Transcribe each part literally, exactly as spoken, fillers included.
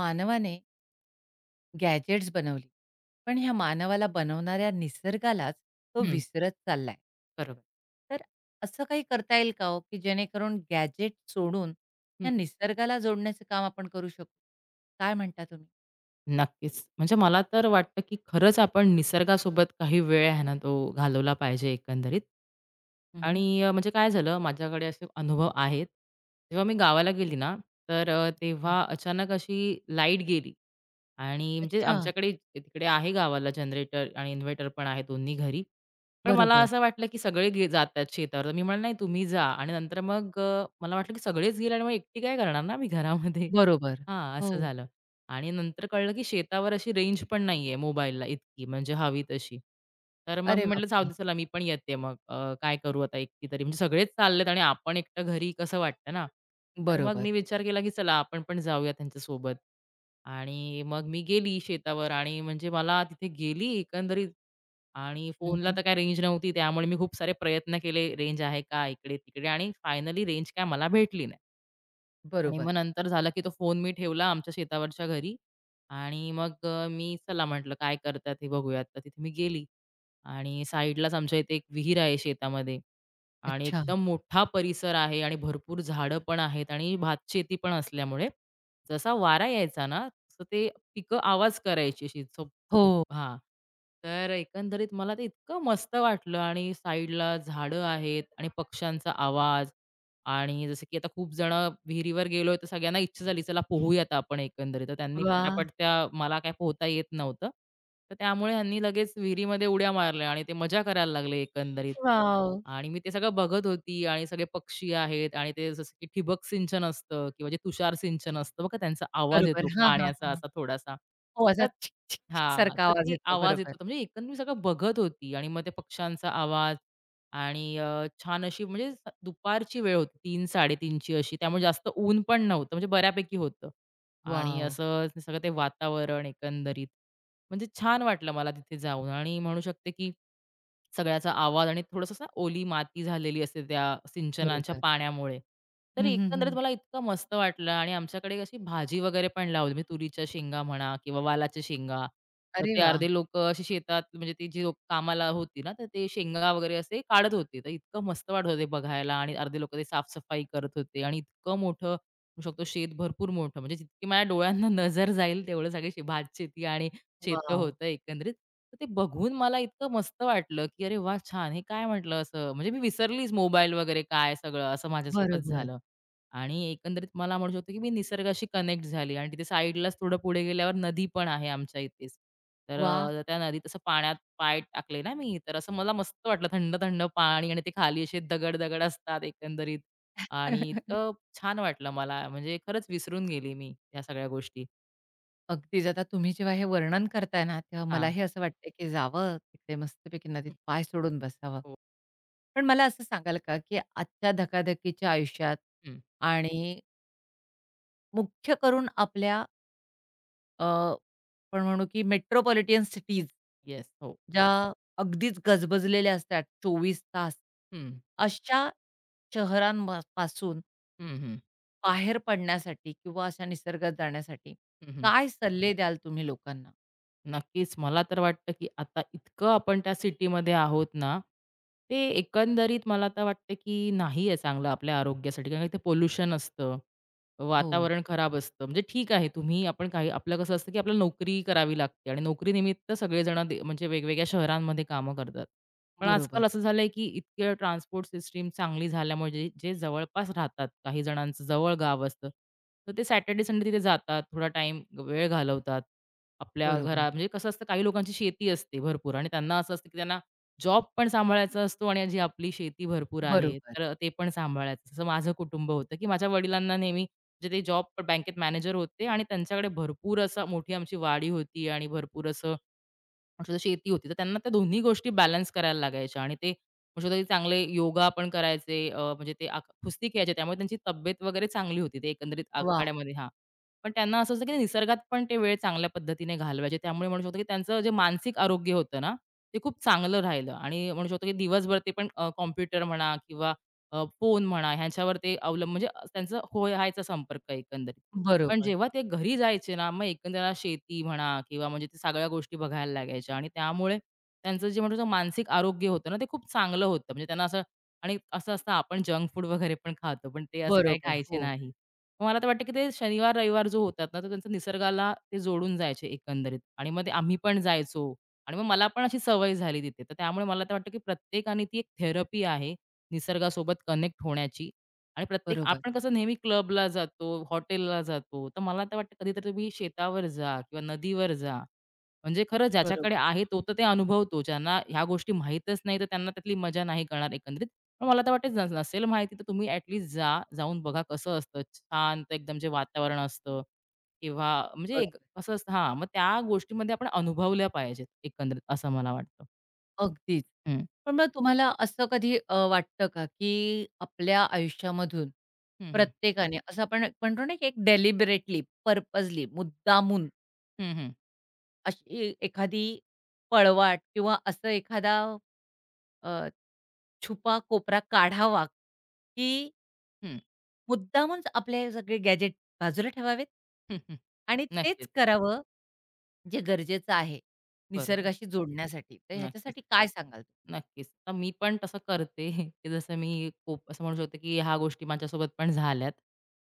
मानवाने गॅजेट्स बनवली पण ह्या मानवाला बनवणाऱ्या निसर्गालाच तो हं, विसरत चाललाय. बरोबर. तर असं काही करता येईल का हो की जेणेकरून गॅजेट सोडून हं, ह्या निसर्गाला जोडण्याचं काम आपण करू शकू? काय म्हणता तुम्ही? नक्कीच. म्हणजे मला तर वाटतं, की खरंच आपण निसर्गासोबत काही वेळ आहे ना, तो घालवला पाहिजे एकंदरीत. उम्हम. आणि अ, म्हणजे काय झालं, माझ्याकडे असे अनुभव आहेत. जेव्हा मी गावाला गेली ना, तर अ, हां, तेव्हा अचानक अशी लाईट गेली आणि म्हणजे अच्छा. आमच्याकडे तिकडे आहे गावाला जनरेटर आणि इन्व्हर्टर पण आहे दोन्ही घरी. पण मला बरोबर. असं वाटलं, की सगळे गे जात शेतावर. तर मी म्हणाले, "नाही तुम्ही जा" आणि नंतर मग अ, मला वाटलं, की सगळेच गेले आणि मग एकटी काय करणार ना मी घरामध्ये. बरोबर. हां, हो. असं झालं. आणि नंतर कळलं, की शेतावर अशी रेंज पण नाहीये मोबाईलला इतकी म्हणजे हवी तशी. तर मग मी अरे म्हटलं, "जाऊ बापरे. दे चला मी पण येते मग अ, काय करू आता एकटी तरी?" म्हणजे सगळेच चाललेत आणि आपण एकटं घरी कसं वाटतं ना. तर मग बरोबर. मी विचार केला, की चला आपण पण जाऊया त्यांच्यासोबत आणि मग मी गेली शेतावर आणि म्हणजे मला तिथे गेली एकंदरीत आणि फोनला उम्हम. तर काही रेंज नव्हती त्यामुळे मी खूप सारे प्रयत्न केले, रेंज आहे का इकडे-तिकडे आणि फायनली रेंज काय मला भेटली नाही. आणि बरोबर. मग नंतर झालं, की तो फोन मी ठेवला आमच्या शेतावरच्या घरी आणि मग अ, मी चला म्हटलं काय करतात हे बघूयात. तर तिथे मी गेली आणि साईडलाच आमच्या इथे एक विहीर आहे शेतामध्ये. आणि अच्छा. एकदम मोठा परिसर आहे आणि भरपूर झाडं पण आहेत आणि भातशेती पण असल्यामुळे जसा वारा यायचा ना, तसं ते पिकं आवाज करायची अशी झोप हो. झोप हां. तर एकंदरीत मला ते इतकं मस्त वाटलं आणि साईडला झाडं आहेत आणि पक्ष्यांचा आवाज आणि जसं की आता खूप जणं विहिरीवर गेलोय, तर सगळ्यांना इच्छा झाली, "चला पोहूयात आपण एकंदरीत." तर त्यांनी वा. पटापट त्या मला काय पोहता येत नव्हतं. तर त्यामुळे ह्यांनी लगेच विहिरीमध्ये उड्या मारल्या आणि ते मजा करायला लागले एकंदरीत. वाव. आणि मी ते सगळं बघत होती आणि सगळे पक्षी आहेत आणि ते जसं की ठिबक सिंचन असतं किंवा जे तुषार सिंचन असतं बघा त्यांचा आवाज बरोबर. येतो हा हा पाण्याचा हा. असा थोडासा. हो, तर असा छिक छिक छिक हां, सारखा तर आवाज ते येतो, आवाज येत बरोबर. होता. म्हणजे एकंदरीत मी सगळं बघत होती आणि मग त्या पक्ष्यांचा आवाज आणि अ, छान अशी म्हणजे स दुपारची वेळ होती तीन-साडेतीन ची अशी. त्यामुळे जास्त ऊन पण नव्हतं म्हणजे बऱ्यापैकी होतं आणि वाव. असं ते सगळं ते वातावरण एकंदरीत. म्हणजे छान वाटलं मला तिथे जाऊन आणि म्हणू शकते, की सगळ्याचा आवाज आणि थोडंसं असं ओली माती झालेली असते त्या सिंचनाच्या बरोबर. पाण्यामुळे. तर हं, हं, एकंदरीत हं. मला इतकं मस्त वाटलं आणि आमच्याकडे अशी भाजी वगैरे पण लावली. म्हणजे तुरीच्या शेंगा म्हणा किंवा वालाच्या शेंगा मग अरे ते वाह! अर्धे लोकं अशी शेतात म्हणजे ती जी लोकं कामाला होती ना, तर ते शेंगा वगैरे असे काढत होते. तर इतकं मस्त वाटत होते बघायला आणि अर्धे लोकं ते साफ-सफाई करत होते आणि इतकं मोठं म्हणू शकतो शेत भरपूर मोठं म्हणजे जितकी माझ्या डोळ्यांना नजर जाईल तेवढं सगळी शे भातशेती आणि शेतं वॉव! होतं एकंदरीत. तर ते बघून मला इतकं मस्त वाटलं, की "अरे वाह! छान." हे काय म्हटलं असं म्हणजे मी विसरलीच मोबाईल वगैरे काय सगळं असं माझ्यासोबत बरोबर. झालं. आणि एकंदरीत मला म्हणू शकतो, की मी निसर्गाशी कनेक्ट झाली आणि तिथे साईडलाच थोडं पुढे गेल्यावर नदी पण आहे आमच्या इथेच. तर वाह! अ, त्या नदीत असं पाण्यात पाय टाकले ना मी, तर असं मला मस्त वाटलं थंड, थंड पाणी आणि ते खाली असे दगड-दगड असतात एकंदरीत आणि इतकं छान वाटलं मला. म्हणजे खरंच विसरून गेली मी ह्या सगळ्या गोष्टी. अगदीच. आता तुम्ही जेव्हा हे वर्णन करताय ना, तेव्हा हां. मलाही असं वाटतंय की जावं तिकडे मस्तपैकी नदीत पाय सोडून बसावं. हो. पण मला असं सांगाल का, की आजच्या धकाधकीच्या आयुष्यात आणि मुख्य करून आपल्या अ, आपण म्हणू की मेट्रोपॉलिटन सिटीज येस. हो. ज्या अगदीच गजबजलेल्या असतात चोवीस तास, हं. अशा शहरांपासून हं, हं. बाहेर पडण्यासाठी किंवा अशा निसर्गात जाण्यासाठी हं, काय सल्ले द्याल तुम्ही लोकांना? नक्कीच. मला तर वाटतं, की आता इतकं आपण त्या सिटीमध्ये आहोत ना, ते एकंदरीत मला तर वाटतं, की नाही आहे चांगलं आपल्या आरोग्यासाठी. कारण इथे पोल्युशन असतं, हो. वातावरण खराब असतं. म्हणजे ठीक आहे तुम्ही आपण काही आपलं कसं असतं, की आपल्याला नोकरी करावी लागते आणि नोकरीनिमित्त सगळेजण दे म्हणजे वेगवेगळ्या शहरांमध्ये कामं करतात. पण आजकाल बरोबर, असं झालंय, की इतके ट्रान्सपोर्ट सिस्टम चांगली झाल्यामुळे जे जे जवळपास राहतात, काही जणांचं जवळ गाव असतं, तर ते सॅटर्डे, संडे तिथे जातात, थोडा टाईम वेळ घालवतात. आपल्या बरोबर, घरा म्हणजे कसं असतं काही लोकांची शेती असते भरपूर आणि त्यांना असं असतं की त्यांना जॉब पण सांभाळायचा असतो आणि जी आपली शेती भरपूर आहे बरोबर. तर ते पण सांभाळायचं जसं माझं कुटुंब होतं की माझ्या वडिलांना नेहमी म्हणजे ते जॉब बँकेत मॅनेजर होते आणि त्यांच्याकडे भरपूर असं मोठी आमची वाडी होती आणि भरपूर असं म्हणू शकतो शेती होती. तर त्यांना त्या दोन्ही गोष्टी बॅलन्स करायला लागायच्या आणि ते म्हणू शकतो, की चांगले योगा पण करायचे अ, म्हणजे ते आक कुस्ती खेळायचे. त्यामुळे त्यांची तब्येत वगैरे चांगली होती. ते एकंदरीत वाह! आखाड्यामध्ये हां. पण त्यांना असं असतं, की ते निसर्गात पण ते वेळ चांगल्या पद्धतीने घालवायचे. त्यामुळे म्हणू शकतो, की त्यांचं जे मानसिक आरोग्य होतं ना, ते खूप चांगलं राहिलं आणि म्हणू शकतो, की दिवसभर ते पण कॉम्प्युटर म्हणा किंवा फोन म्हणा ह्यांच्यावर ते अवलंब म्हणजे त्यांचा हो, हायचा संपर्क एकंदरीत. पण बरोबर, जेव्हा ते घरी जायचे ना, मग एकंदरीत शेती म्हणा किंवा म्हणजे ते सगळ्या गोष्टी बघायला लागायच्या आणि त्यामुळे त्यांचं जे म्हणतो ना मानसिक आरोग्य होतं ना, ते खूप चांगलं होतं. म्हणजे त्यांना असं आणि असं असतं आपण जंक फूड वगैरे पण खातो, पण ते असं काही बरोबर. खायचे हो. नाही. मग मला तर वाटतं, की ते शनिवार-रविवार जो होतात ना, तर त्यांचं निसर्गाला ते जोडून जायचे एकंदरीत आणि मग ते आम्ही पण जायचो आणि मग मला पण अशी सवय झाली तिथे. तर त्यामुळे मला तर वाटतं, की प्रत्येकाने ती एक थेरपी आहे निसर्गासोबत कनेक्ट होण्याची आणि प्रत्येक बरोबर, आपण कसं नेहमी क्लबला जातो, हॉटेलला जातो, तर मला तर वाटतं कधीतरी तुम्ही शेतावर जा किंवा नदीवर जा. म्हणजे खरंच ज्याच्याकडे बरोबर, आहे तो तर ते अनुभवतो. ज्यांना ह्या गोष्टी माहीतच नाही, तर त्यांना त्यातली मजा नाही कळणार एकंदरीत. पण मला तर वाटतं न नसेल माहिती तर तुम्ही ॲटलीस्ट जा. जाऊन बघा कसं असतं. शांत एकदम जे वातावरण असतं किंवा म्हणजे बरोबर. एक कसं असतं हां, मग त्या गोष्टीमध्ये आपण अनुभवल्या पाहिजेत एकंदरीत असं मला वाटतं. अगदीच. हं. पण मग तुम्हाला असं कधी अ, वाटतं का, की आपल्या आयुष्यामधून हं, हं. प्रत्येकाने असं आपण एक म्हणतो ना, की एक डेलिबरेटली, पर्पजली, मुद्दामून हं, हं. अशी एखादी पळवाट किंवा असं एखादा अ, छुपा कोपरा काढावा, की हं. मुद्दामच आपले हे सगळे गॅजेट बाजूला ठेवावेत हं, हं. आणि तेच नक्कीच. करावं जे गरजेचं आहे, बरोबर. निसर्गाशी जोडण्यासाठी. तर नक्कीच. ह्याच्यासाठी काय सांगाल तुम्ही? नक्कीच. तर मी पण तसं करते, की जसं मी खूप असं म्हणू शकते, की ह्या गोष्टी माझ्यासोबत पण झाल्यात.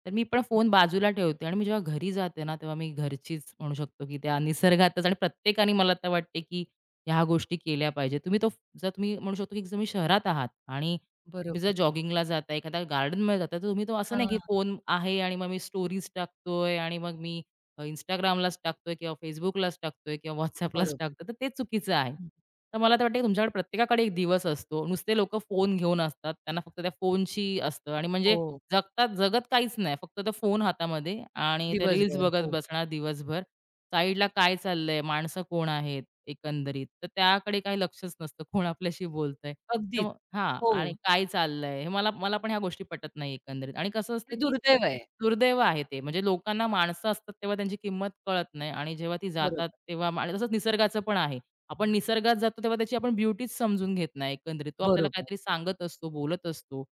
तर मी पण फोन बाजूला ठेवते आणि मी जेव्हा घरी जाते ना, तेव्हा मी घरचीच म्हणू शकतो, की त्या निसर्गातच आणि प्रत्येकाने मला तर वाटते, की ह्या गोष्टी केल्या पाहिजेत. तुम्ही तो जर तुम्ही म्हणू शकतो, की जर तुम्ही शहरात आहात आणि तुम्ही जर बरोबर. जॉगिंगला जाताय, एखाद्या गार्डनमध्ये जाताय, तर तुम्ही तो असं नाही, की हां, फोन आहे आणि मग मी स्टोरीज टाकतोय आणि मग मी अ, Instagramलाच टाकतोय किंवा Facebookलाच टाकतोय किंवा WhatsAppलाच बरोबर. टाकतोय, तर ते चुकीचं आहे. हं. तर मला तर वाटतं, की तुमच्याकडे प्रत्येकाकडे एक दिवस असतो. नुसते लोकं फोन घेऊन असतात. त्यांना फक्त त्या फोनशी असतं आणि म्हणजे हो, जगतात जगत काहीच नाही. फक्त तो फोन हातामध्ये आणि ते रील्स दिवसभर. बघत हो, बसणार दिवसभर. साईडला काय चाललंय, माणसं कोण आहेत एकंदरीत, तर त्याकडे काही लक्षच नसतं. कोण आपल्याशी बोलतंय. तर अगदीच. मग हां. हो, आणि काय चाललंय? हे मला मला पण ह्या गोष्टी पटत नाही एकंदरीत. आणि कसं असतं, हे की दुर्दैव आहे. दुर्दैव आहे ते. म्हणजे लोकांना माणसं असतात तेव्हा त्यांची किंमत कळत नाही आणि जेव्हा ती जातात बरोबर, तेव्हा मा- आणि तसंच निसर्गाचं पण आहे. आपण निसर्गात जातो तेव्हा त्याची आपण ब्युटीच समजून घेत नाही एकंदरीत. तो आपल्याला बरोबर, काहीतरी सांगत असतो, बोलत असतो.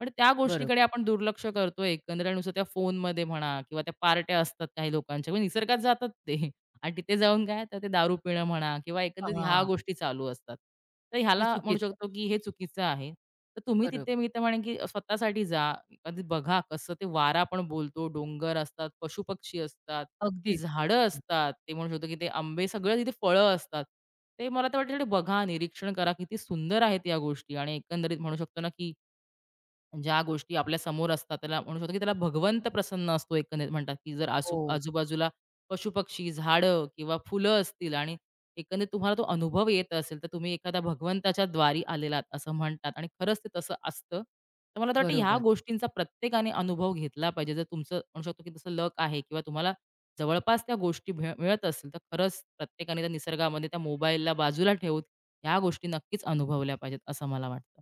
पण त्या गोष्टीकडे बरोबर. आपण दुर्लक्ष करतो एकंदरीत. आणि नुसतं त्या फोनमध्ये म्हणा किंवा त्या पार्ट्या असतात काही लोकांच्या. म्हणजे निसर्गात जातात ते. आणि तिथे जाऊन काय तर ते दारू पिणं म्हणा किंवा एकंदरीत ह्या हां, गोष्टी चालू असतात. तर ते ह्याला म्हणू चुकीचं आहे. शकतो, की हे चुकीचं आहे. तर तुम्ही बरोबर, तिथे मी तर म्हणेन, की स्वतःसाठी जा. कधी बघा कसं ते वारा पण बोलतो, डोंगर असतात, पशुपक्षी असतात, ती अगदीच. झाडं असतात. ते म्हणू शकतो, की ते आंबे सगळं तिथे फळं असतात. ते मला तर वाटतं बघा, निरीक्षण करा. किती सुंदर आहेत या गोष्टी आणि एकंदरीत म्हणू शकतो ना, की म्हणजे ज्या गोष्टी आपल्या समोर असतात त्याला म्हणू शकतो की त्याला भगवंत प्रसन्न असतो एकंदरीत म्हणतात की जर आसू हो, आजूबाजूला पशुपक्षी, झाडं किंवा फुलं असतील आणि एकंदरीत तुम्हाला तो अनुभव येत असेल, तर तुम्ही एखाद्या भगवंताच्या द्वारी आलेलात असं म्हणतात आणि खरंच ते तसं असतं. तर मला तर वाटतं ह्या बरोबर. गोष्टींचा प्रत्येकाने अनुभव घेतला पाहिजे. जर तुमचं म्हणू शकतो की तसं लक आहे किंवा तुम्हाला जवळपास त्या गोष्टी मिळ मिळत असतील, तर खरंच प्रत्येकाने त्या निसर्गामध्ये त्या मोबाईलला बाजूला ठेवून ह्या गोष्टी नक्कीच अनुभवल्या पाहिजेत असं मला वाटतं.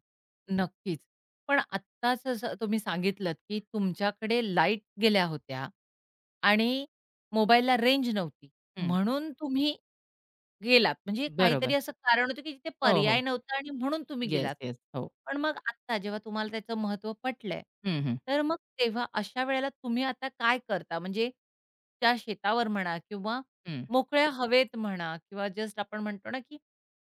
नक्कीच. पण आत्ताच जसं तुम्ही सांगितलत, की तुमच्याकडे लाईट गेल्या होत्या आणि मोबाईलला रेंज नव्हती. हं. म्हणून तुम्ही गेलात. म्हणजे काहीतरी बरोबर. असं कारण होतं, की तिथे हो, हो. पर्याय नव्हता आणि म्हणून तुम्ही येस, गेलात. येस. हो. पण मग आत्ता जेव्हा तुम्हाला त्याचं महत्त्व पटलंय, हं, हं. तर मग तेव्हा अशा वेळेला तुम्ही आता काय करता? म्हणजे त्या शेतावर म्हणा किंवा हं. मोकळ्या हवेत म्हणा किंवा जस्ट आपण म्हणतो ना, की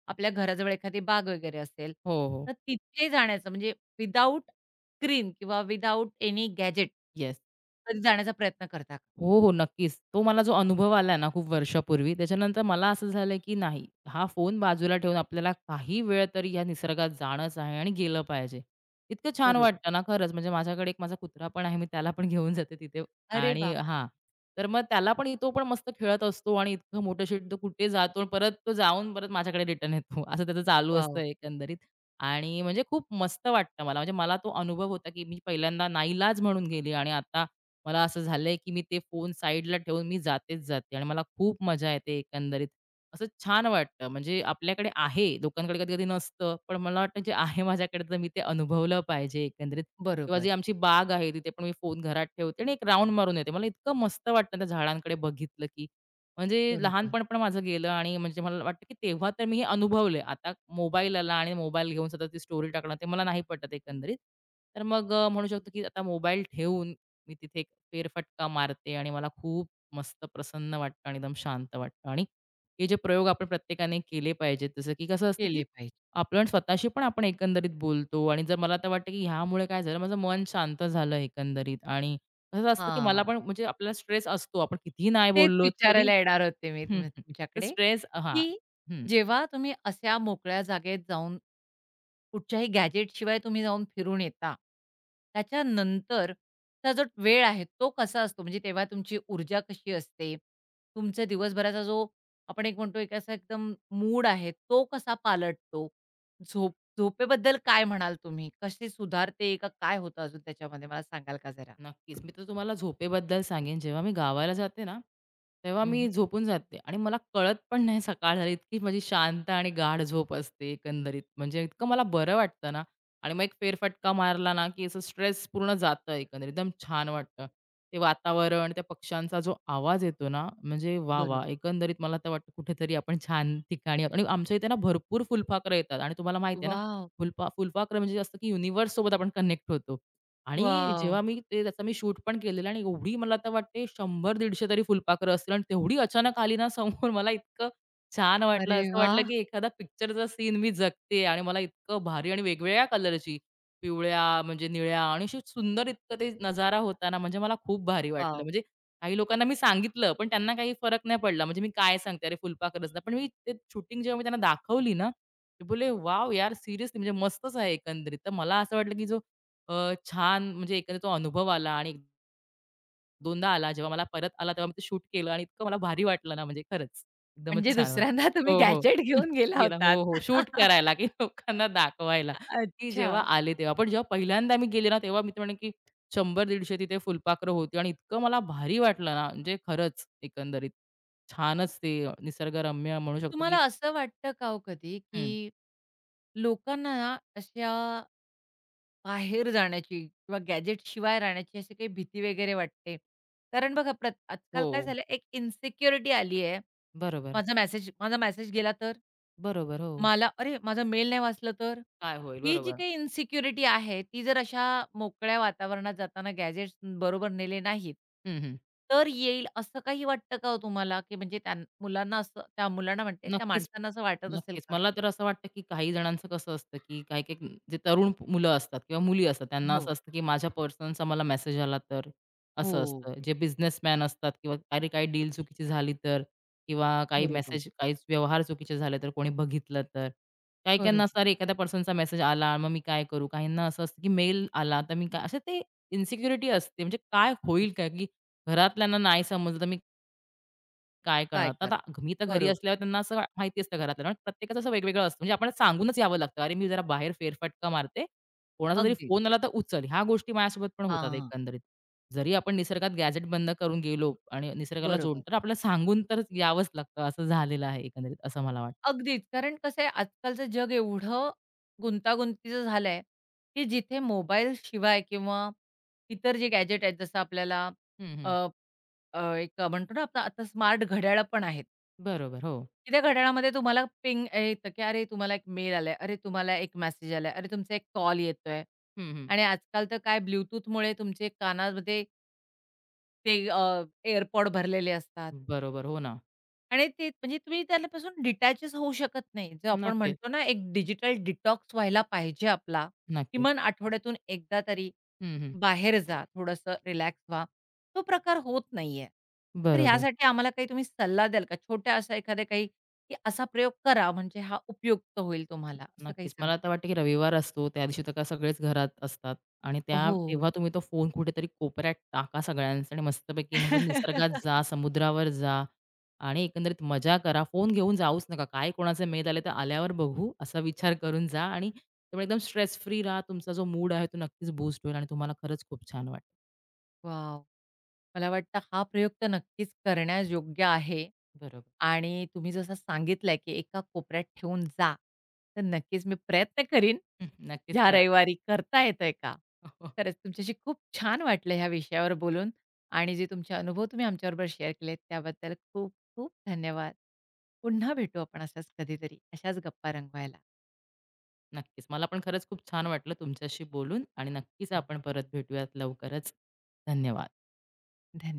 आपल्या घराजवळ एखादी बाग वगैरे असेल, हो, हो. तर तिथे जाण्याचं म्हणजे विदाऊट स्क्रीन किंवा विदाऊट एनी गॅजेट येस. कधी जाण्याचा प्रयत्न करता का? हो, हो. नक्कीच. तो मला जो अनुभव आला ना खूप वर्षापूर्वी, त्याच्यानंतर मला असं झालं की नाही, हा फोन बाजूला ठेवून आपल्याला काही वेळ तरी या निसर्गात जाणंच आहे आणि गेलं पाहिजे. इतकं छान बरोबर. वाटतं ना खरंच. म्हणजे माझ्याकडे एक माझा कुत्रा पण आहे. मी त्याला पण घेऊन जाते तिथे अरे आणि वाह! हां. तर मग त्याला पण तो पण मस्त खेळत असतो आणि इतकं मोठं शेट तो कुठे जातो आणि परत तो जाऊन परत माझ्याकडे रिटर्न येतो. असं त्याचं चालू असतं वॉव! एकंदरीत आणि म्हणजे खूप मस्त वाटतं मला. म्हणजे मला तो अनुभव होता की मी पहिल्यांदा नाईलाज म्हणून गेली आणि आता मला असं झालंय, की मी ते फोन साईडला ठेवून मी जातेच जाते आणि मला खूप मजा येते एकंदरीत. असं छान वाटतं. म्हणजे आपल्याकडे आहे, लोकांकडे कधी-कधी नसतं, पण मला वाटतं जे आहे माझ्याकडे तर मी ते अनुभवलं पाहिजे एकंदरीत. किंवा बरोबर, जी आमची बाग आहे तिथे पण मी फोन घरात ठेवते आणि एक राउंड मारून येते. मला इतकं मस्त वाटतं त्या झाडांकडे बघितलं, की म्हणजे बरोबर. लहानपण पण माझं गेलं. आणि म्हणजे मला वाटतं, की तेव्हा तर मी हे अनुभवले. आता मोबाईल आला आणि मोबाईल घेऊन सतत ती स्टोरी टाकणं ते मला नाही पटत एकंदरीत. तर मग अ, म्हणू शकतो, की आता मोबाईल ठेवून मी तिथे एक फेरफटका मारते आणि मला खूप मस्त प्रसन्न वाटतं आणि एकदम शांत वाटतं. आणि हे जे प्रयोग आपण प्रत्येकाने केले पाहिजेत. जसं की कसं असतं, की केले पाहिजे. आपण स्वतःशी पण आपण एकंदरीत बोलतो. आणि जर मला तर वाटतं, की ह्यामुळे काय झालं, माझं मन शांत झालं एकंदरीत. आणि कसं असतं, की मला हां. पण म्हणजे आपल्याला स्ट्रेस असतो. आपण कितीही नाही तेच बोललो तरी विचारायला येणार होते मी हं, तुम्ही हं. तर तुमच्याकडे, स्ट्रेस हां. की जेव्हा तुम्ही अशा मोकळ्या जागेत जाऊन कुठच्याही गॅजेटशिवाय तुम्ही जाऊन फिरून येता, त्याच्यानंतरचा जो वेळ आहे तो कसा असतो? म्हणजे तेव्हा तुमची ऊर्जा कशी असते? तुमचा दिवसभराचा जो आपण एक म्हणतो एक असा एकदम मूड आहे तो कसा पालटतो? झोप झोपेबद्दल काय म्हणाल तुम्ही? कशी सुधारते का काय होतं अजून त्याच्यामध्ये मला सांगाल का जरा? नक्कीच. मी तर तुम्हाला झोपेबद्दल सांगेन, जेव्हा मी गावाला जाते ना, तेव्हा हं, मी हं. झोपून जाते आणि मला कळत पण नाही सकाळ झाली, इतकी माझी शांत आणि गाढ झोप असते एकंदरीत. म्हणजे इतकं मला बरं वाटतं ना. आणि मग एक फेरफटका मारला ना, की असं स्ट्रेस पूर्ण जातं एकंदरीत. एकदम छान वाटतं. ते वातावरण, त्या पक्ष्यांचा जो आवाज येतो ना, म्हणजे वाह, बरोबर. वाह! एकंदरीत मला तर वाटतं कुठेतरी आपण छान ठिकाणी आहोत. आणि आमच्या इथे ना भरपूर फुलपाखरं येतात आणि तुम्हाला माहिती आहे ना, वॉव! फुलपा फुलपाखरं म्हणजे असं की युनिव्हर्ससोबत आपण कनेक्ट होतो. आणि जेव्हा वाव, मी ते त्याचा मी शूट पण केलेलं आणि एवढी मला आता वाटते शंभर दीडशे तरी फुलपाखरं असतील आणि तेवढी अचानक आली ना समोर मला इतकं छान वाटलं. अरे असं वाटलं वाह! की एखादा पिक्चरचा सीन मी जगते आणि मला इतकं भारी आणि वेगवेगळ्या कलरची पिवळ्या, म्हणजे निळ्या आणि अशी सुंदर, इतकं ते नजारा होता ना, म्हणजे मला खूप भारी वाटलं. वॉव! म्हणजे काही लोकांना मी सांगितलं, पण त्यांना काही फरक नाही पडला. म्हणजे मी काय सांगते, "अरे फुलपाखरच ना." पण मी ते शूटिंग जेव्हा मी त्यांना दाखवली ना, ते बोलले, "वॉव! यार सीरियसली म्हणजे मस्तच आहे एकंदरीत." तर मला असं वाटलं की जो अ, छान म्हणजे एकंदरीत तो अनुभव आला आणि एक- दोनदा आला. जेव्हा मला परत आला तेव्हा मी ते शूट केलं आणि इतकं मला भारी वाटलं ना म्हणजे खरंच. म्हणजे एकदमच छान वाटलं. दुसऱ्यांदा तुम्ही हो, हो. गॅजेट घेऊन गेला गेला होतात. हो, हो. शूट करायला की लोकांना दाखवायला, की अच्छा. जेव्हा आले तेव्हा. पण जेव्हा पहिल्यांदा मी गेले ना तेव्हा मी तर की शंभर दीडशे तिथे फुलपाखरं होती आणि इतकं मला भारी वाटलं ना म्हणजे खरंच एकंदरीत. छानच ते निसर्गरम्य म्हणू शकतो तुम्हाला की असं वाटतं का हो कधी, हं. की लोकांना ना अशा बाहेर जाण्याची किंवा गॅजेटशिवाय राहण्याची अशी काही भीती वगैरे वाटते? कारण बघा प्रत आजकाल हो. काय झालं एक इन्सिक्युरिटी आली आहे. बरोबर. माझा मेसेज माझा मेसेज गेला तर? बरोबर. हो. मला अरे, माझा मेल नाही वाचलं तर? काय होईल? ही जी बरोबर. काही इन्सिक्युरिटी आहे, ती जर अशा मोकळ्या वातावरणात जाताना गॅजेट्स बरोबर नेले नाहीत, हं, हं. तर येईल असं काही वाटतं का हो तुम्हाला? की म्हणजे त्या मुलांना असं त्या मुलांना म्हणते, त्या नक्कीच, माणसांना असं वाटत असेल नक्कीच. का? मला तर असं वाटतं, की काही जणांचं कसं असतं, की काही-काही जे तरुण पु- मुलं असतात किंवा मुली असतात, त्यांना हो, असं असतं, की माझ्या पर्सनचा मला मेसेज आला तर, असं हो. असतं. जे बिझनेसमॅन असतात किंवा अरे काही डील चुकीची झाली तर, किंवा काही बरोबर, मेसेज काही व्यवहार चुकीचे झाले तर, कोणी बघितलं तर. काही-काहींना बरोबर. असं अरे एखाद्या पर्सनचा मेसेज आला, मग मी काय करू? काहींना असं असतं, की मेल आला तर मी काय? असे ते इन्सिक्युरिटी असते. म्हणजे काय होईल काय? की घरातल्यांना नाही समजलं तर मी काय काय करणार? तर आता करणार? घ- मी तर घरी बरोबर. असल्यावर त्यांना असं वा- माहिती असतं घरातलं ना, प्रत्येकाचं असं वेगवेगळं असतं. म्हणजे आपण सांगूनच यावं लागतं, "अरे, मी जरा बाहेर फेरफटका मारते, कोणाचा तरी अगदीच. फोन आला तर उचल." ह्या गोष्टी माझ्यासोबत पण हां, होतात हां. एकंदरीत. जरी आपण निसर्गात गॅजेट बंद करून गेलो आणि निसर्गाला जोडून बरोबर. तर आपल्याला सांगून तर यावंच लागतं, असं झालेलं आहे एकंदरीत, असं मला वाटतं. अगदीच. कारण कसं आहे आजकालचं जग एवढं गुंतागुंतीचं झालंय, की जिथे मोबाईलशिवाय किंवा इतर जे गॅजेट आहेत जसं आपल्याला हं, अ, हं. अ, एक म्हणतो ना आपण आता स्मार्ट घड्याळं पण आहेत, बरोबर. हो. की त्या घड्याळामध्ये तुम्हाला पिंग येतं, की "अरे, तुम्हाला एक मेल आलाय. अरे, तुम्हाला एक मेसेज आलाय. अरे, तुमचा एक कॉल येतोय." हं, हं. आणि आजकाल तर काय Bluetoothमुळे तुमचे कानामध्ये ते एअरपॉड भरलेले असतात. बरोबर. हो ना. आणि ते म्हणजे तुम्ही त्यापासून डिटॅचच होऊ शकत नाही. जो आपण नक्कीच. म्हणतो ना, एक डिजिटल डिटॉक्स व्हायला पाहिजे आपला. नक्कीच. किमान आठवड्यातून एकदा तरी हं, हं. बाहेर जा, थोडंसं रिलॅक्स व्हा. तो प्रकार होत नाहीये. तर बरोबर. ह्यासाठी आम्हाला काही तुम्ही सल्ला द्याल का? छोट्या असा एखाद्या काही, की असा प्रयोग करा म्हणजे हा उपयुक्त होईल तुम्हाला, असं काही नक्कीच. मला सांगता तर येईल? वाटतं, की रविवार असतो, त्या दिवशी तर का सगळेच घरात असतात आणि त्या हो. तेव्हा तुम्ही तो फोन कुठेतरी कोपऱ्यात टाका सगळ्यांचा आणि मस्तपैकी म्हणू शकतो निसर्गात जा, समुद्रावर जा आणि एकंदरीत मजा करा. फोन घेऊन जाऊच नका. काय कोणाचे मेल आले तर आल्यावर बघू, असा विचार करून जा आणि त्यामुळे एकदम स्ट्रेस फ्री राहा. तुमचा जो मूड आहे तो नक्कीच बूस्ट होईल आणि तुम्हाला खरंच खूप छान वाटेल. वाव। मला वाटतं हा प्रयोग तर नक्कीच करण्यायोग्य आहे बरोबर. आणि तुम्ही जसं सांगितलंय, की एका कोपऱ्यात ठेवून जा. तर नक्कीच मी प्रयत्न करीन. हं, नक्कीच ह्या करा. रविवारी करता येतंय का? हो, हो. खरंच तुमच्याशी खूप छान वाटलं ह्या विषयावर बोलून आणि जे तुमचे अनुभव तुम्ही आमच्याबरोबर शेअर केलेत त्याबद्दल खूप खूप धन्यवाद. पुन्हा भेटू आपण असंच कधीतरी अशाच गप्पा रंगवायला. नक्कीच. मला पण खरंच खूप छान वाटलं तुमच्याशी बोलून आणि नक्कीच आपण परत भेटूयात लवकरच. धन्यवाद. धन्यवाद.